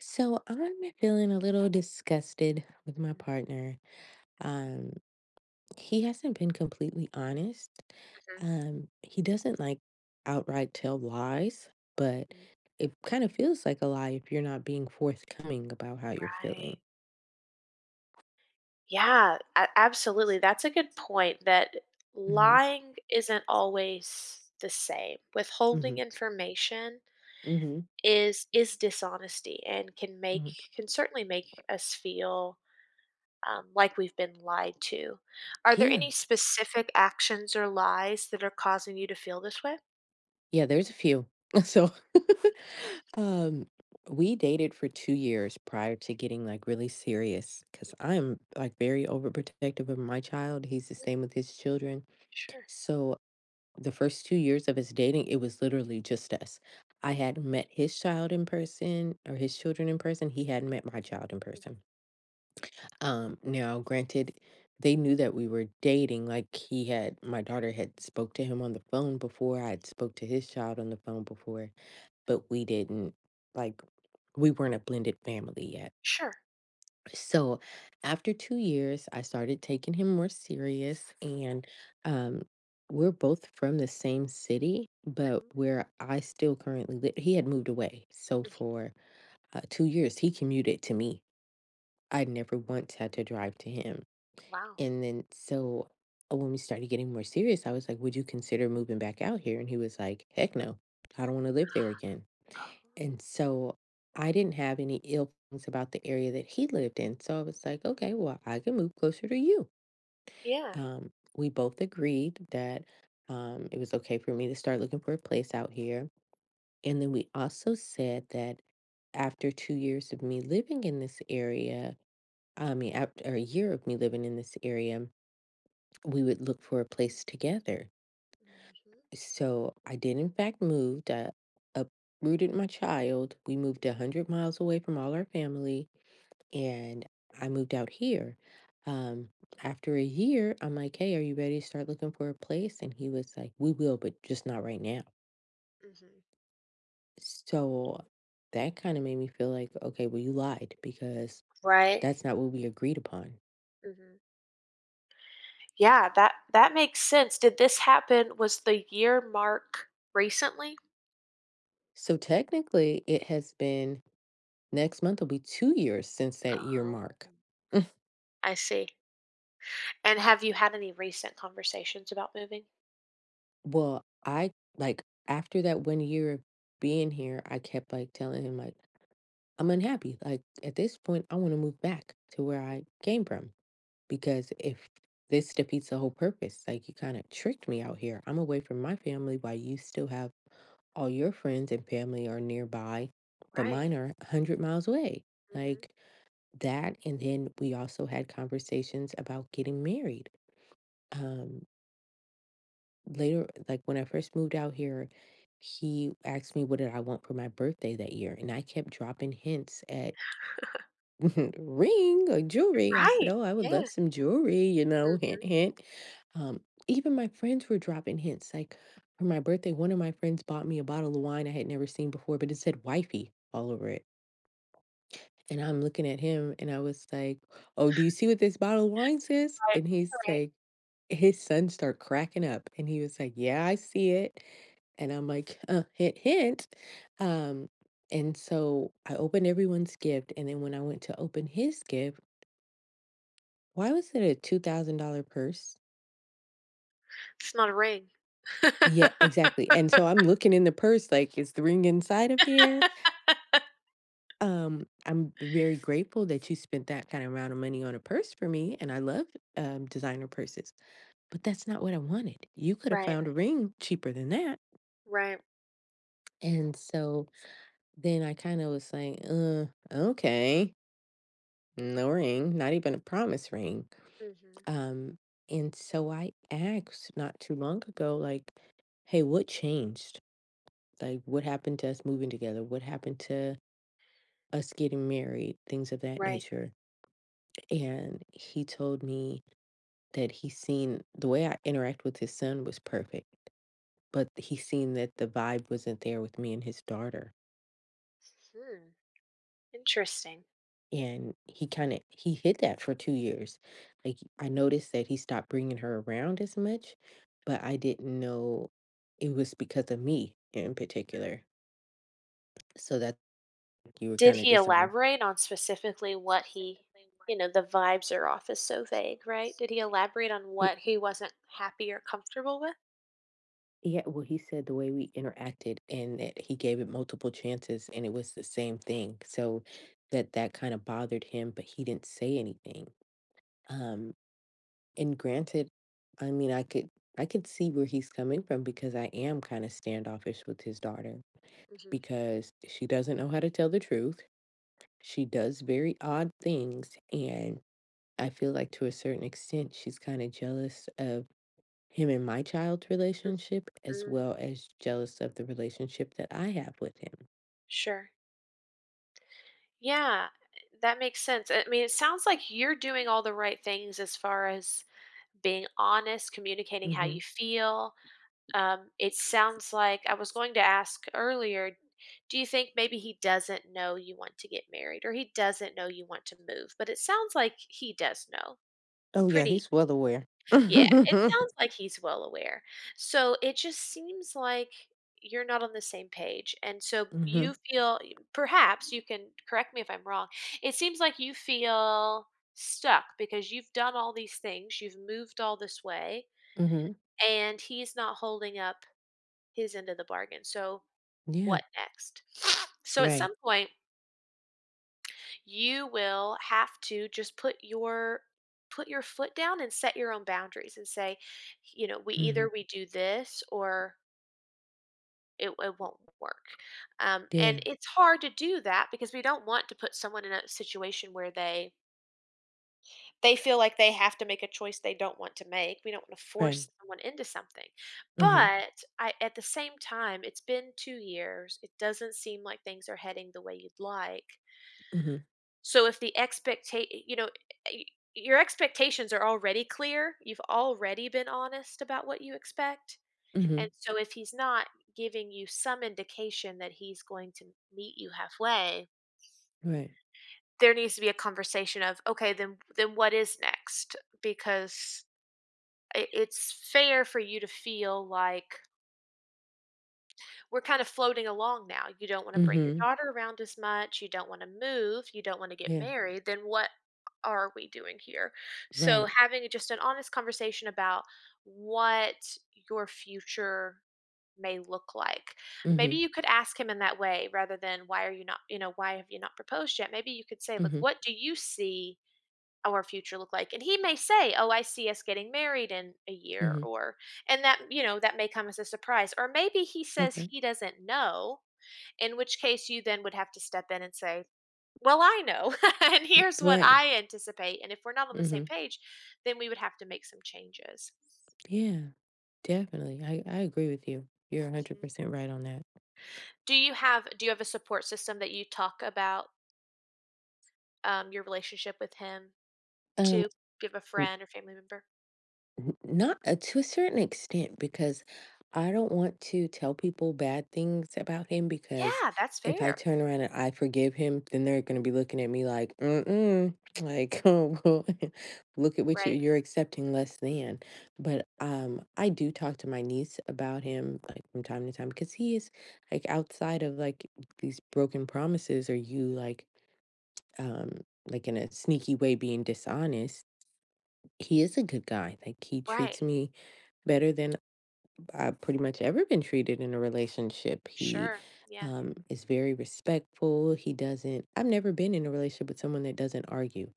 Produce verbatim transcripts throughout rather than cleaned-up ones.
So I'm feeling a little disgusted with my Mhm, partner. Um, he hasn't been completely honest. mhm, Um, he doesn't like outright tell lies, but mhm. it kind of feels like a lie if you're not being forthcoming about how you're Right. feeling. Yeah, a absolutely, that's a good point that hmm lying isn't always the same. Withholding hmm information hmm is is dishonesty and can make hmm can certainly make us feel, um, like we've been lied to. Are there Yeah. any specific actions or lies that are causing you to feel this way? Yeah, there's a few. So, um, we dated for two years prior to getting, like, really serious. Because 'cause I'm, like, very overprotective of my child. He's the same with his children. Sure. So, the first two years of us dating, it was literally just us. I hadn't met his child in person or his children in person. He hadn't met my child in Mhm. person. Um, now granted, they knew that we were dating. Like, he had My daughter had spoke to him on the phone before, I had spoke to his child on the phone before, but we didn't like we weren't a blended family yet. Sure. So after two years, I started taking him more serious. And um we're both from the same city, but Mhm, where I still currently live, he had moved away. So mhm. for uh, two years, he commuted to me. I never once had to drive to him. Wow. And then so uh, when we started getting more serious, I was like, "Would you consider moving back out here?" And he was like, "Heck no, I don't want to live there again." Oh, And so I didn't have any ill feelings about the area that he lived in. So I was like, okay, well, I can move closer to you. yeah. Um, we both agreed that um, it was okay for me to start looking for a place out here. And then we also said that after two years of me living in this area, I mean, after a year of me living in this area, we would look for a place together. Mhm, So I did, in fact, move. I uprooted my child. We moved one hundred miles away from all our family, and I moved out here. Um, After a year, I'm like, "Hey, are you ready to start looking for a place?" And he was like, "We will, but just not right now." mhm. So that kind of made me feel like, okay, well, you lied because Right. that's not what we agreed upon. Mhm. Yeah, that that makes sense. Did this happen Was the year mark recently? So technically, it has been next month will be two years since that year Oh, mark. I see. And have you had any recent conversations about moving? Well, I like after that one year of being here, I kept like telling him like I'm unhappy. Like at this point, I want to move back to where Mm. I came from because if this defeats the whole purpose. Like, you kind of tricked me out here. I'm away from my family while you still have all your friends and family are nearby, but Right. mine are one hundred miles away. Hmm. Like that. And then we also had conversations about getting married. Um, Later, like when I first moved out here, he asked me what did I want for my birthday that year. And I kept dropping hints at. Ring or jewelry. I said, Right. "Oh, I would Yeah. love some jewelry, you know, Hmm. hint, hint." Um, Even my friends were dropping hints. Like for my birthday, one of my friends bought me a bottle of wine I had never seen before, but it said wifey all over it. And I'm looking at him and I was like, "Oh, do you see what this bottle of wine says?" Right. And he's Right. like, his son started cracking up and he was like, "Yeah, I see it." And I'm like, uh, hint, hint. Um, and so I opened everyone's gift. And then when I went to open his gift, why was it a two thousand dollar purse? It's not a ring. Yeah, exactly, and so I'm looking in the purse like, "Is the ring inside of here? Um, I'm very grateful that you spent that kind of amount of money on a purse for me, and I love, um, designer purses, but that's not what I wanted. You coulda Right. found a ring cheaper than that." Right. And so then I kinda was like, "Uh, okay, no ring, not even a promise ring." Hmm. Um, and so I asked not too long ago, like, "Hey, what changed? Like, what happened to us moving together? What happened to us getting married? Things of that Right. nature." And he told me that he seen the way I interact with his son was perfect, but he seen that the vibe wasn't there with me and his daughter. Hmm. Interesting. And he kind of he hid that for two years. Like, I noticed that he stopped bringing her around as much, but I didn't know it was because of me in particular. So that you were Did kind of he disarmed. elaborate on specifically what he you know, the vibes are off is so vague, right? Did he elaborate on what he wasn't happy or comfortable with? Yeah, well, he said the way we interacted and that he gave it multiple chances and it was the same thing. So that that kind of bothered him, but he didn't say anything. Um, and granted, I mean, I could I could see where he's coming from because I am kind of standoffish with his daughter Mhm. because she doesn't know how to tell the truth. She does very odd things, and I feel like to a certain extent she's kind of jealous of him and my child's Mm relationship, as mm. well as jealous of the relationship that I have with him. Sure. Yeah, that makes sense. I mean, it sounds like you're doing all the right things as far as being honest, communicating how you Mhm. feel. Um, it sounds like I was going to ask earlier, do you think maybe he doesn't know you want to get married or he doesn't know you want to move? But it sounds like he does know. Oh, yeah, Pretty he's well aware. Yeah, it sounds like he's well aware. So, it just seems like you're not on the same page, and so you Mhm, feel perhaps you can correct me if I'm wrong, it seems like you feel stuck because you've done all these things, you've moved all this way, mhm. and he's not holding up his end of the bargain, so Yeah, what next? So, at right. some point you will have to just put your put your foot down and set your own boundaries and say, you know, we either Mhm. we do this or it, it won't work, um, and Yeah, it's hard to do that because we don't want to put someone in a situation where they they feel like they have to make a choice they don't want to make. We don't want to right. force someone into something, Mhm, but I at the same time, it's been two years. It doesn't seem like things are heading the way you'd like. mhm, So if the expecta you know, y your expectations are already clear, you've already been honest about what you expect, and mhm, so if he's not giving you some indication that he's going to meet you halfway, right. there needs to be a conversation of, "Okay, then then what is next?" Because I it's fair for you to feel like we're kind of floating along now. You don't wanna bring your Mhm. daughter around as much, you don't wanna move, you don't wanna get Yeah, married, then what are we doing here? So, right. having just an honest conversation about what your future may look like. Maybe Mhm, you could ask him in that way rather than, "Why are you not," you know, "Why have you not proposed yet?" Maybe you could say, "Look, mhm, what do you see our future look like?" And he may say, "Oh, I see us getting married in a year," mhm. or and that, you know, that may come as a surprise. Or maybe he says Okay. he doesn't know, in which case you then would have to step in and say, "Well, I know, and here's what Right. I anticipate." And if we're not on the same Mhm. page, then we would have to make some changes. Yeah, definitely. I I agree with you. You're Mhm. one hundred percent right on that. Do you have do you have a support system that you talk about, um, your relationship with him Um to? Do you have a friend or family member? N- Not uh, to a certain extent, because I don't want to tell people bad things about him. Because Yeah, that's if I fair. turn around and I forgive him, then they're going to be looking at me like, mm-mm, like, Mhm. oh, well, look at what you're, Right. you're accepting less than. But um, I do talk to my niece about him like from time to time because he is like outside of like these broken promises or you like um like in a sneaky way being dishonest, he is a good guy. Like, he treats Right. me better than I've pretty much ever been treated in a relationship. He, Sure, yeah. um, is very respectful. He doesn't I've never been in a relationship with someone that doesn't argue,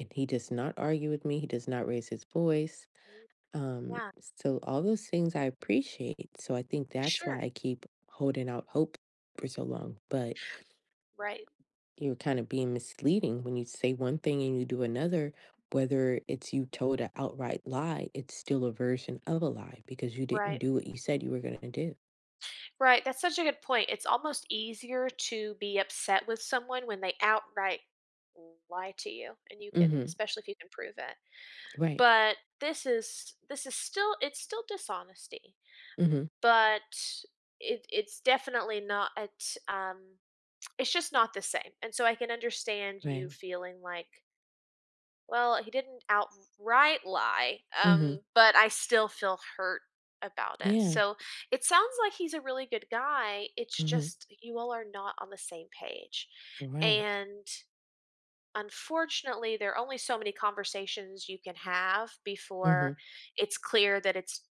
and he does not argue with me, he does not raise his voice, Mm, um, yeah. so all those things I appreciate, so I think that's why Sure, I keep holding out hope for so long. But right. you're kind of being misleading when you say one thing and you do Mhm. another. Whether it's you told an outright lie, it's still a version of a lie because you didn't Right. do what you said you were going to do. Right, that's such a good point. It's almost easier to be upset with someone when they outright lie to you, and you can hmm especially if you can prove it. Right. But this is this is still it's still dishonesty, hmm but it it's definitely not, um, it's just not the same, and so I can understand you Right. feeling like, well, he didn't outright lie, hmm um, but I still feel hurt about it. Yeah. So it sounds like he's a really good guy. It's hmm just you all are not on the same page. Right. And unfortunately, there are only so many conversations you can have before hmm it's clear that it's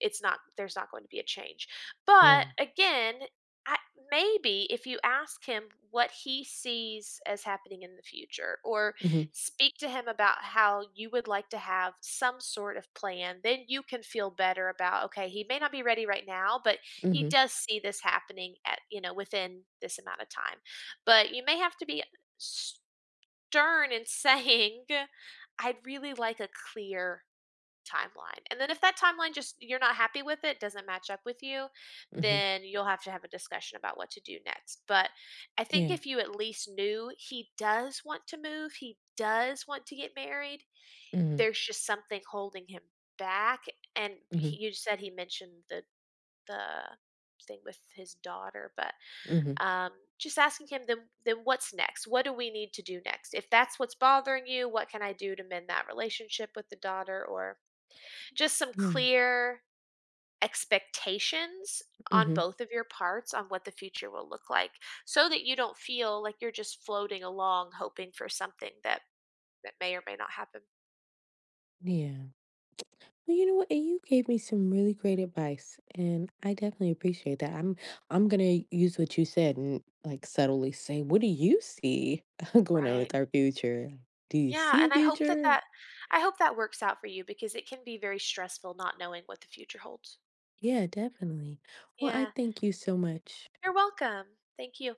it's not there's not going to be a change. But Right. again, I, maybe if you ask him what he sees as happening in the future, or hmm speak to him about how you would like to have some sort of plan, then you can feel better about, okay, he may not be ready right now, but he hmm does see this happening at, you know, within this amount of time. But you may have to be stern in saying I'd really like a clear timeline. And then if that timeline just you're not happy with it, doesn't match up with you, hmm then you'll have to have a discussion about what to do next. But I think Yeah. if you at least knew he does want to move, he does want to get married, hmm there's just something holding him back, and he, hmm you said he mentioned the the thing with his daughter, but hmm um just asking him, then then what's next, what do we need to do next? If that's what's bothering you, what can I do to mend that relationship with the daughter, or just some Yeah. clear expectations on hmm both of your parts on what the future will look like, so that you don't feel like you're just floating along hoping for something that that may or may not happen. Yeah. Well, you know what? You gave me some really great advice, and I definitely appreciate that. I'm I'm gonna use what you said and like subtly say, "What do you see going on Right. with our future? Do you Yeah, see a and I hope that future?" that I hope that works out for you, because it can be very stressful not knowing what the future holds. Yeah, definitely. Well, I Yeah. thank you so much. You're welcome. Thank you.